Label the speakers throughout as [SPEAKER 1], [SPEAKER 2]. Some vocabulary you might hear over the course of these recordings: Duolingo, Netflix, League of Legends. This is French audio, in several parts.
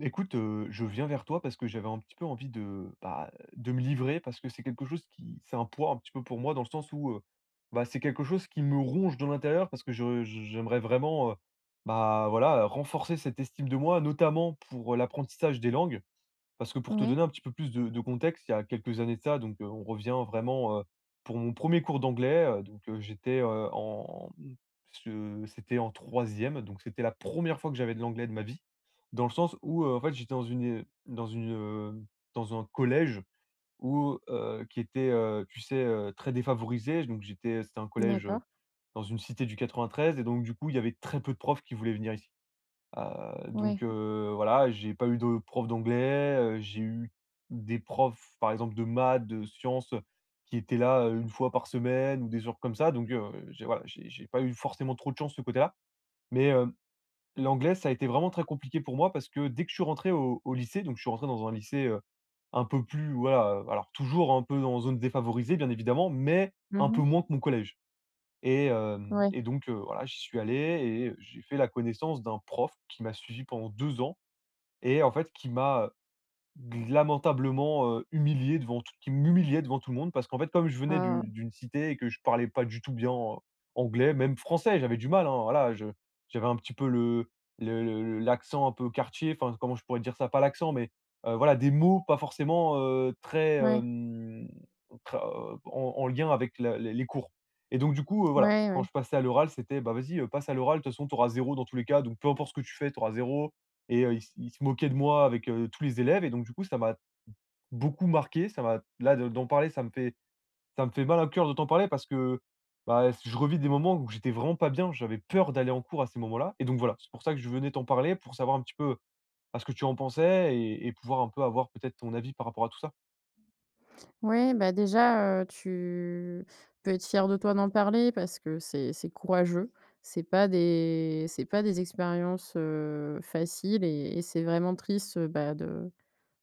[SPEAKER 1] Écoute, je viens vers toi parce que j'avais un petit peu envie de, bah, de me livrer parce que c'est quelque chose qui c'est un poids un petit peu pour moi dans le sens où, bah, c'est quelque chose qui me ronge de l'intérieur parce que je j'aimerais vraiment, bah, voilà, renforcer cette estime de moi, notamment pour l'apprentissage des langues. Parce que pour te
[SPEAKER 2] Ouais,
[SPEAKER 1] donner un petit peu plus de contexte, il y a quelques années de ça, donc on revient vraiment, pour mon premier cours d'anglais, j'étais, en je c'était en troisième, donc c'était la première fois que j'avais de l'anglais de ma vie. Dans le sens où, en fait, j'étais dans une dans une, heu, dans un collège qui était, tu sais, très défavorisé, donc j'étais c'était un collège,
[SPEAKER 2] d'accord.
[SPEAKER 1] dans une cité du 93, et donc du coup, il y avait très peu de profs qui voulaient venir ici.
[SPEAKER 2] Ouais.
[SPEAKER 1] Voilà, j'ai pas eu de prof d'anglais, j'ai eu des profs, par exemple, de maths, de sciences, qui étaient là, une fois par semaine ou des jours comme ça, donc j'ai voilà, j'ai pas eu forcément trop de chance, de ce côté-là. Mais l'anglais, ça a été vraiment très compliqué pour moi parce que dès que je suis rentré au lycée, donc je suis rentré dans un lycée, un peu plus, voilà, alors toujours un peu en zone défavorisée, bien évidemment, mais un
[SPEAKER 2] Mhm.
[SPEAKER 1] peu
[SPEAKER 2] mh.
[SPEAKER 1] moins que mon collège, et hem
[SPEAKER 2] Ouais.
[SPEAKER 1] et donc voilà, j'y suis allé et j'ai fait la connaissance d'un prof qui m'a suivi pendant 2 ans. Et en fait, qui m'humiliait devant tout le monde. Parce qu'en fait, comme je venais
[SPEAKER 2] Ah,
[SPEAKER 1] du d'une cité et que je parlais pas du tout bien, anglais, même français, j'avais du mal, hein, voilà, je j'avais un petit peu le l'accent un peu quartier, enfin, comment je pourrais dire ça? Pas l'accent, mais, voilà, des mots pas forcément, très,
[SPEAKER 2] ouais,
[SPEAKER 1] très, en lien avec la les cours. Et donc du coup, voilà,
[SPEAKER 2] ouais,
[SPEAKER 1] quand
[SPEAKER 2] ouais.
[SPEAKER 1] je passais à l'oral, c'était: «Bah, vas-y, passe à l'oral, de toute façon, tu auras zéro dans tous les cas, donc peu importe ce que tu fais, tu auras zéro.» Et il se moquait de moi avec, tous les élèves, et donc du coup, ça m'a beaucoup marqué. Ça m'a là, de d'en parler, ça me fait mal au cœur de t'en parler parce que, bah, je revis des moments où j'étais vraiment pas bien. J'avais peur d'aller en cours à ces moments-là, et donc voilà, c'est pour ça que je venais t'en parler, pour savoir un petit peu, bah, ce que tu en pensais et pouvoir un peu avoir peut-être ton avis par rapport à tout ça.
[SPEAKER 2] Ouais, bah, déjà, tu peux être fier de toi d'en parler parce que c'est courageux. C'est pas des expériences, faciles et c'est vraiment triste, bah,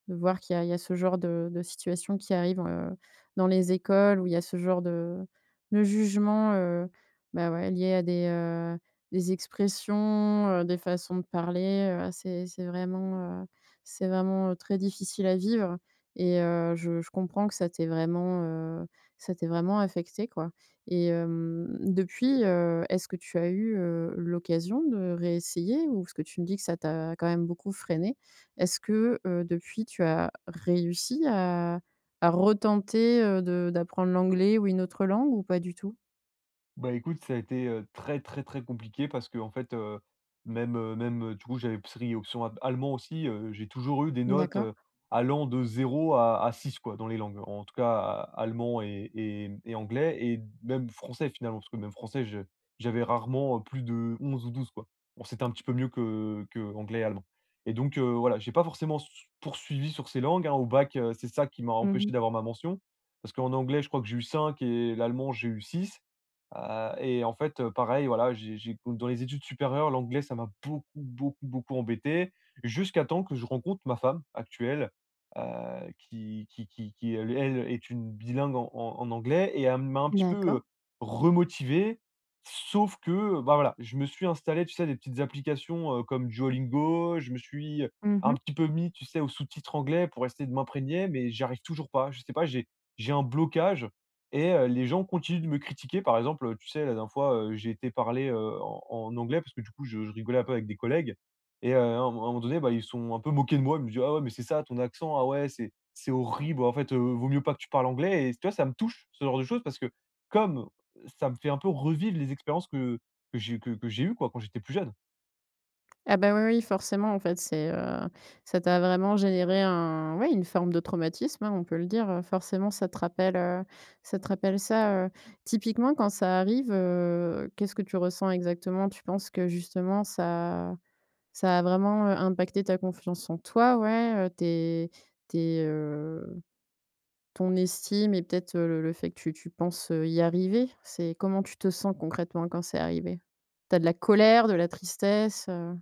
[SPEAKER 2] de voir qu'il y a ce genre de situation qui arrive, dans les écoles où il y a ce genre de jugement, bah, ouais, lié à des expressions, des façons de parler, ah, c'est vraiment, très difficile à vivre et je comprends que ça t'ait vraiment, affecté quoi. Et depuis, est-ce que tu as eu, l'occasion de réessayer, ou est-ce que tu me dis que ça t'a quand même beaucoup freiné? Est-ce que, depuis, tu as réussi à retenter, de d'apprendre l'anglais ou une autre langue, ou pas du tout?
[SPEAKER 1] Bah, écoute, ça a été, très, très, très compliqué parce que, en fait, même, du coup, j'avais pris option a allemand aussi, j'ai toujours eu des notes,
[SPEAKER 2] D'accord.
[SPEAKER 1] allant de zéro à six quoi, dans les langues. En tout cas, a allemand et mmh et anglais et même français, finalement, parce que, même français, je j'avais rarement, plus de 11 ou 12 quoi. Bon, c'était un petit peu mieux que qu'anglais et allemand, et donc voilà, j'ai pas forcément s poursuivi sur ces langues, hein. Au bac, c'est ça qui m'a empêché
[SPEAKER 2] Mmh.
[SPEAKER 1] d'avoir ma mention, parce qu'en anglais, je crois que j'ai eu 5 et l'allemand, j'ai eu 6. Et en fait, pareil, voilà, j'ai, dans les études supérieures, l'anglais, ça m'a beaucoup, beaucoup, beaucoup embêté, jusqu'à temps que je rencontre ma femme actuelle, qui elle est une bilingue en anglais, et elle m'a un petit peu,
[SPEAKER 2] D'accord.
[SPEAKER 1] remotivé. Sauf que, bah, voilà, je me suis installé, tu sais, des petites applications, comme Duolingo, je me suis un
[SPEAKER 2] Mmh.
[SPEAKER 1] petit peu mis, tu sais, aux sous-titres anglais pour essayer de m'imprégner, mais j'arrive toujours pas. Je sais pas, j'ai un blocage. Et les gens continuent de me critiquer. Par exemple, tu sais, la dernière fois, j'ai été parler, en anglais parce que, du coup, je rigolais un peu avec des collègues, et à un moment donné, bah, ils sont un peu moqués de moi. Ils me disent: «Ah ouais, mais c'est ça ton accent? Ah ouais, c'est horrible. En fait, vaut mieux pas que tu parles anglais», et tu vois, ça me touche, ce genre de choses, parce que comme ça me fait un peu revivre les expériences que j'ai eues, quoi, quand j'étais plus jeune.
[SPEAKER 2] Ah bah, oui, oui, forcément, en fait, c'est, ça t'a vraiment généré un ouais, une forme de traumatisme, hein, on peut le dire, forcément, ça te rappelle, ça. Typiquement, quand ça arrive, qu'est-ce que tu ressens exactement? Tu penses que justement ça, ça a vraiment, impacté ta confiance en toi, ouais, tes ton estime, et peut-être, le fait que tu penses, y arriver? C'est comment tu te sens concrètement quand c'est arrivé? Tu as de la colère, de la tristesse, heu?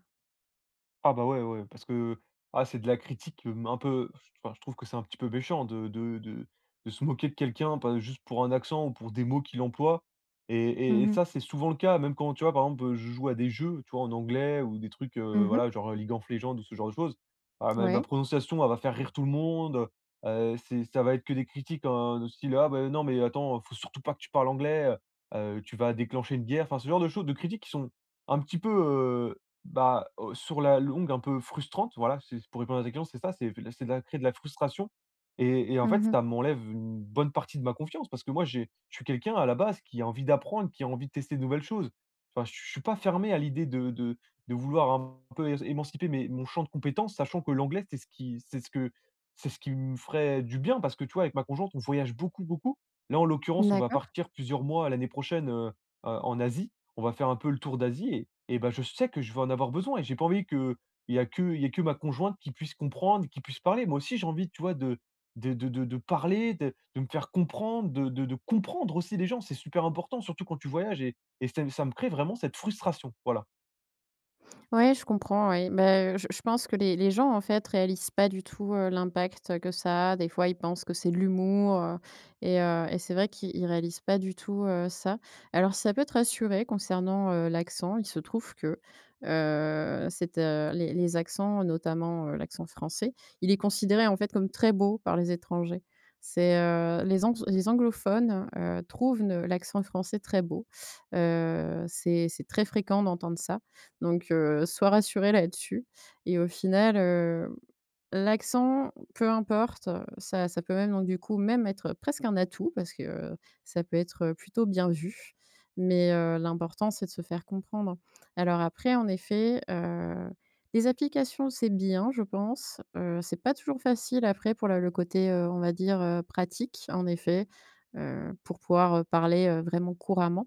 [SPEAKER 1] Ah bah, ouais, ouais, parce que, ah, c'est de la critique, un peu, enfin, je trouve que c'est un petit peu méchant de se moquer de quelqu'un, pas juste pour un accent ou pour des mots qu'il emploie, et
[SPEAKER 2] Mmh mh.
[SPEAKER 1] ça, c'est souvent le cas, même quand, tu vois, par exemple, je joue à des jeux, tu vois, en anglais ou des trucs,
[SPEAKER 2] Mmh mh.
[SPEAKER 1] voilà, genre, League of Legends ou ce genre de choses. Ah, ma
[SPEAKER 2] Ouais.
[SPEAKER 1] prononciation, elle va faire rire tout le monde, c'est ça va être que des critiques, hein, de style: «Ah bah, non, mais attends, faut surtout pas que tu parles anglais, tu vas déclencher une guerre.» Enfin, ce genre de choses, de critiques qui sont un petit peu, bah, sur la longue, un peu frustrante, voilà, c'est pour répondre à ta question, c'est ça, c'est de la créer de la frustration, et en fait,
[SPEAKER 2] Mmh mh.
[SPEAKER 1] ça m'enlève une bonne partie de ma confiance parce que moi, j'ai je suis quelqu'un à la base qui a envie d'apprendre, qui a envie de tester de nouvelles choses. Enfin, je suis pas fermé à l'idée de vouloir un peu é émanciper mes mon champ de compétences, sachant que l'anglais, c'est ce qui me ferait du bien parce que, tu vois, avec ma conjointe, on voyage beaucoup, beaucoup. Là, en l'occurrence, on va
[SPEAKER 2] D'accord.
[SPEAKER 1] partir plusieurs mois l'année prochaine, en Asie. On va faire un peu le tour d'Asie, et ben, je sais que je vais en avoir besoin et j'ai pas envie que il y a que ma conjointe qui puisse comprendre, qui puisse parler. Moi aussi, j'ai envie, tu vois, de parler, de me faire comprendre, de comprendre aussi les gens. C'est super important, surtout quand tu voyages, et ça me crée vraiment cette frustration. Voilà.
[SPEAKER 2] Ouais, je comprends, ouais. Bah, je pense que les gens, en fait, réalisent pas du tout, l'impact que ça a. Des fois, ils pensent que c'est de l'humour, heu, et heu, et c'est vrai qu'ils ils réalisent pas du tout, ça. Alors si ça peut te rassurer concernant, l'accent, il se trouve que, cette, les accents, notamment, l'accent français, il est considéré, en fait, comme très beau par les étrangers. C'est, les ang les anglophones, trouvent ne l'accent français très beau. C'est très fréquent d'entendre ça, donc sois rassurée là-dessus. Et au final, l'accent, peu importe, ça ça peut même, donc du coup, même être presque un atout parce que, heu, ça peut être plutôt bien vu. Mais l'important, c'est de se faire comprendre. Alors après, en effet, les applications, c'est bien, je pense. C'est pas toujours facile après pour la le côté, on va dire, pratique, en effet, pour pouvoir, parler, vraiment couramment.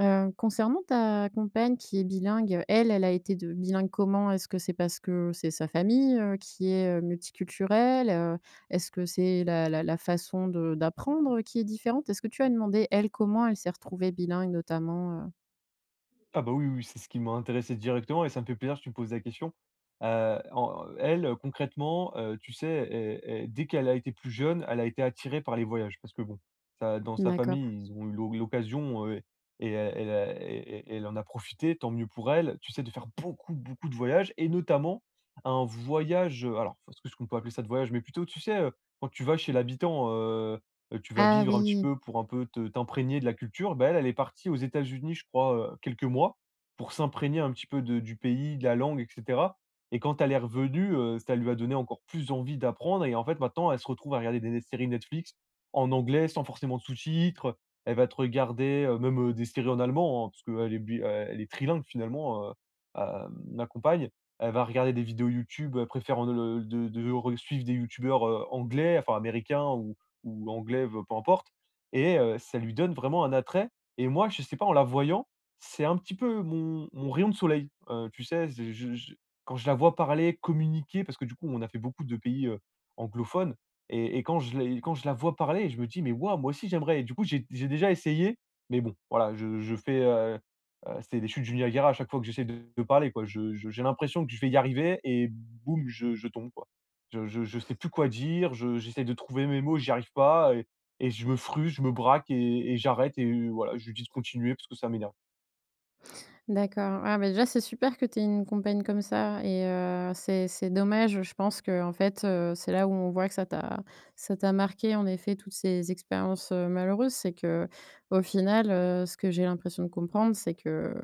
[SPEAKER 2] Concernant ta compagne qui est bilingue, elle, elle a été de bilingue comment? Est-ce que c'est parce que c'est sa famille, qui est, multiculturelle? Est-ce que c'est la la la façon de d'apprendre qui est différente? Est-ce que tu as demandé, elle, comment elle s'est retrouvée bilingue notamment, heu?
[SPEAKER 1] Ah bah, oui, oui, c'est ce qui m'a intéressé directement et ça me fait plaisir que tu me poses la question. En elle, concrètement, tu sais, elle, dès qu'elle a été plus jeune, elle a été attirée par les voyages parce que, bon, ça, dans sa
[SPEAKER 2] D'accord.
[SPEAKER 1] famille, ils ont eu l'occasion, et elle a elle en a profité, tant mieux pour elle, tu sais, de faire beaucoup, beaucoup de voyages, et notamment un voyage, alors, est-ce que ce qu'on peut appeler ça de voyage? Mais plutôt, tu sais, quand tu vas chez l'habitant. Tu vas
[SPEAKER 2] Ah
[SPEAKER 1] vivre un petit
[SPEAKER 2] oui!
[SPEAKER 1] peu pour un peu te t'imprégner de la culture. Bah, elle, elle est partie aux États-Unis, je crois, quelques mois, pour s'imprégner un petit peu de du pays, de la langue, et cetera, et quand elle est revenue, ça lui a donné encore plus envie d'apprendre, et en fait, maintenant, elle se retrouve à regarder des séries Netflix en anglais sans forcément de sous-titres. Elle va te regarder, des séries en allemand, hein, parce qu'elle est trilingue, finalement, ma compagne. Elle va regarder des vidéos YouTube, elle préfère en le- de re suivre des youtubeurs, anglais, enfin américains, ou anglais, peu importe, et ça lui donne vraiment un attrait, et moi, je sais pas, en la voyant, c'est un petit peu mon rayon de soleil, tu sais? C'est je Quand je la vois parler, communiquer, parce que, du coup, on a fait beaucoup de pays, anglophones, et quand je la vois parler, je me dis: «Mais waouh, moi aussi j'aimerais», et du coup, j'ai déjà essayé, mais bon, voilà, je fais, c'est des chutes du Niagara à chaque fois que j'essaie de parler, quoi. Je J'ai l'impression que je vais y arriver et boum, je tombe, quoi. Je sais plus quoi dire, je j'essaie de trouver mes mots, j'y arrive pas, et je me fruse, je me braque et j'arrête, et voilà, je lui dis de continuer parce que ça m'énerve.
[SPEAKER 2] D'accord. Ah, bah, déjà, c'est super que tu aies une compagne comme ça. Et c'est dommage, je pense que en fait, c'est là où on voit que ça t'a marqué en effet, toutes ces expériences, malheureuses. C'est que au final, ce que j'ai l'impression de comprendre, c'est que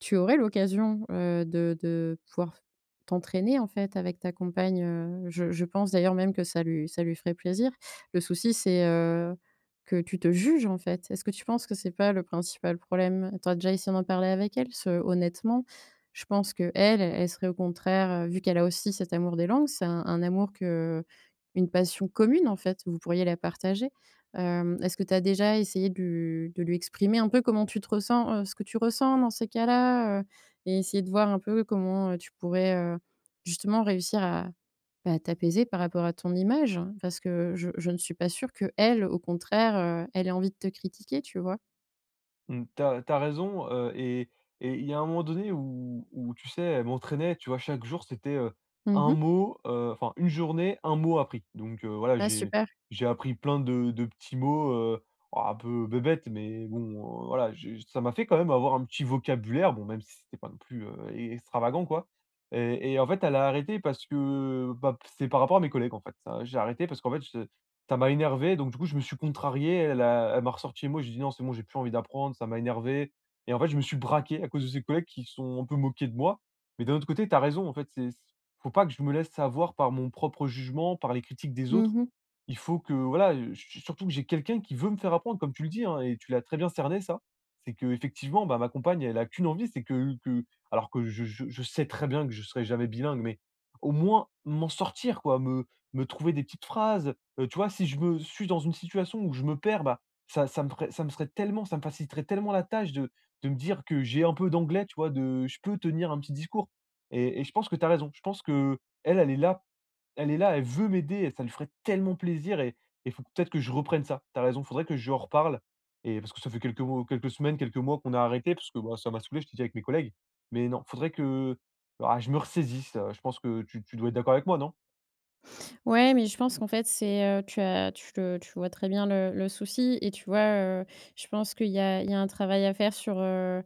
[SPEAKER 2] tu aurais l'occasion, de pouvoir t'entraîner, en fait, avec ta compagne, je pense d'ailleurs même que ça lui ferait plaisir. Le souci, c'est, que tu te juges, en fait. Est-ce que tu penses que c'est pas le principal problème? Tu as déjà essayé d'en parler avec elle? Ce honnêtement, je pense que elle serait au contraire, vu qu'elle a aussi cet amour des langues, c'est un amour que une passion commune, en fait, vous pourriez la partager. Hem, est-ce que tu as déjà essayé de lui exprimer un peu comment tu te ressens, ce que tu ressens dans ces cas-là, heu? Et essayer de voir un peu comment, tu pourrais, justement réussir à, bah, t'apaiser par rapport à ton image, hein? Parce que je ne suis pas sûre que elle, au contraire, elle ait envie de te critiquer, tu vois?
[SPEAKER 1] Mmh, tu as raison, et il y a un moment donné où, tu sais, elle m'entraînait, tu vois? Chaque jour, c'était, un
[SPEAKER 2] Mmh.
[SPEAKER 1] mot, enfin, une journée, un mot appris. Donc, voilà,
[SPEAKER 2] Ah super.
[SPEAKER 1] j'ai appris plein de petits mots, oh, un peu bébêtes, mais bon, voilà, j'ai ça m'a fait quand même avoir un petit vocabulaire, bon, même si c'était pas non plus, e extravagant, quoi, et en fait, elle a arrêté parce que, bah, c'est par rapport à mes collègues, en fait. Ça J'ai arrêté parce qu'en fait, ça m'a énervé, donc du coup, je me suis contrarié. Elle m'a ressorti les mots, j'ai dit: «Non, c'est bon, j'ai plus envie d'apprendre, ça m'a énervé», et en fait, je me suis braqué à cause de ces collègues qui sont un peu moqués de moi. Mais d'un autre côté, tu as raison, en fait, c'est faut pas que je me laisse avoir par mon propre jugement, par les critiques des autres.
[SPEAKER 2] Mmh.
[SPEAKER 1] Il faut que, voilà, su surtout que j'ai quelqu'un qui veut me faire apprendre, comme tu le dis, hein, et tu l'as très bien cerné, ça. C'est qu'effectivement, bah, ma compagne, elle a qu'une envie, c'est que alors que je sais très bien que je serai jamais bilingue, mais au moins m'en sortir quoi, me trouver des petites phrases, tu vois? Si je me suis dans une situation où je me perds, bah, ça ça me ferait ça me serait tellement ça me faciliterait tellement la tâche de me dire que j'ai un peu d'anglais, tu vois? De, je peux tenir un petit discours, et je pense que tu as raison. Je pense qu'elle, elle est là elle est là, elle veut m'aider, ça lui ferait tellement plaisir, et il faut peut-être que je reprenne ça. T'as raison, faudrait que je lui en reparle, et parce que ça fait quelques mois, quelques mois qu'on a arrêté parce que, bah, ça m'a saoulé, je t'ai dit, avec mes collègues. Mais non, faudrait que, ah, je me ressaisisse, je pense que tu dois être d'accord avec moi, non?
[SPEAKER 2] Ouais, mais je pense qu'en fait, c'est, tu as tu le tu vois très bien le souci, et tu vois, heu, je pense qu'il y a un travail à faire sur,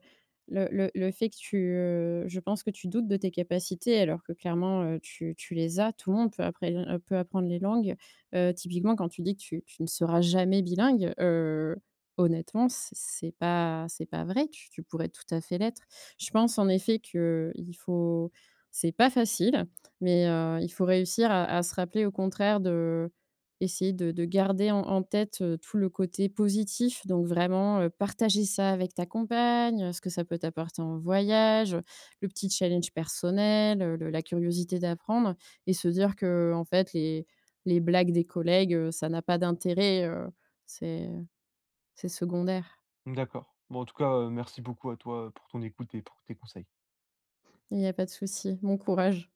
[SPEAKER 2] le fait que tu, je pense que tu doutes de tes capacités, alors que clairement, tu les as. Tout le monde peut appré peut apprendre les langues. Typiquement, quand tu dis que tu ne seras jamais bilingue, honnêtement, c'est pas vrai. Tu pourrais tout à fait l'être. Je pense en effet que il faut, c'est pas facile. Mais il faut réussir à se rappeler au contraire de essayer de garder en en tête, tout le côté positif. Donc vraiment, partager ça avec ta compagne, ce que ça peut t'apporter en voyage, le petit challenge personnel, le la curiosité d'apprendre, et se dire que en fait les blagues des collègues, ça n'a pas d'intérêt, c'est c'est secondaire.
[SPEAKER 1] D'accord. Bon, en tout cas, merci beaucoup à toi, pour ton écoute et pour tes conseils.
[SPEAKER 2] Il n'y a pas de souci, bon courage.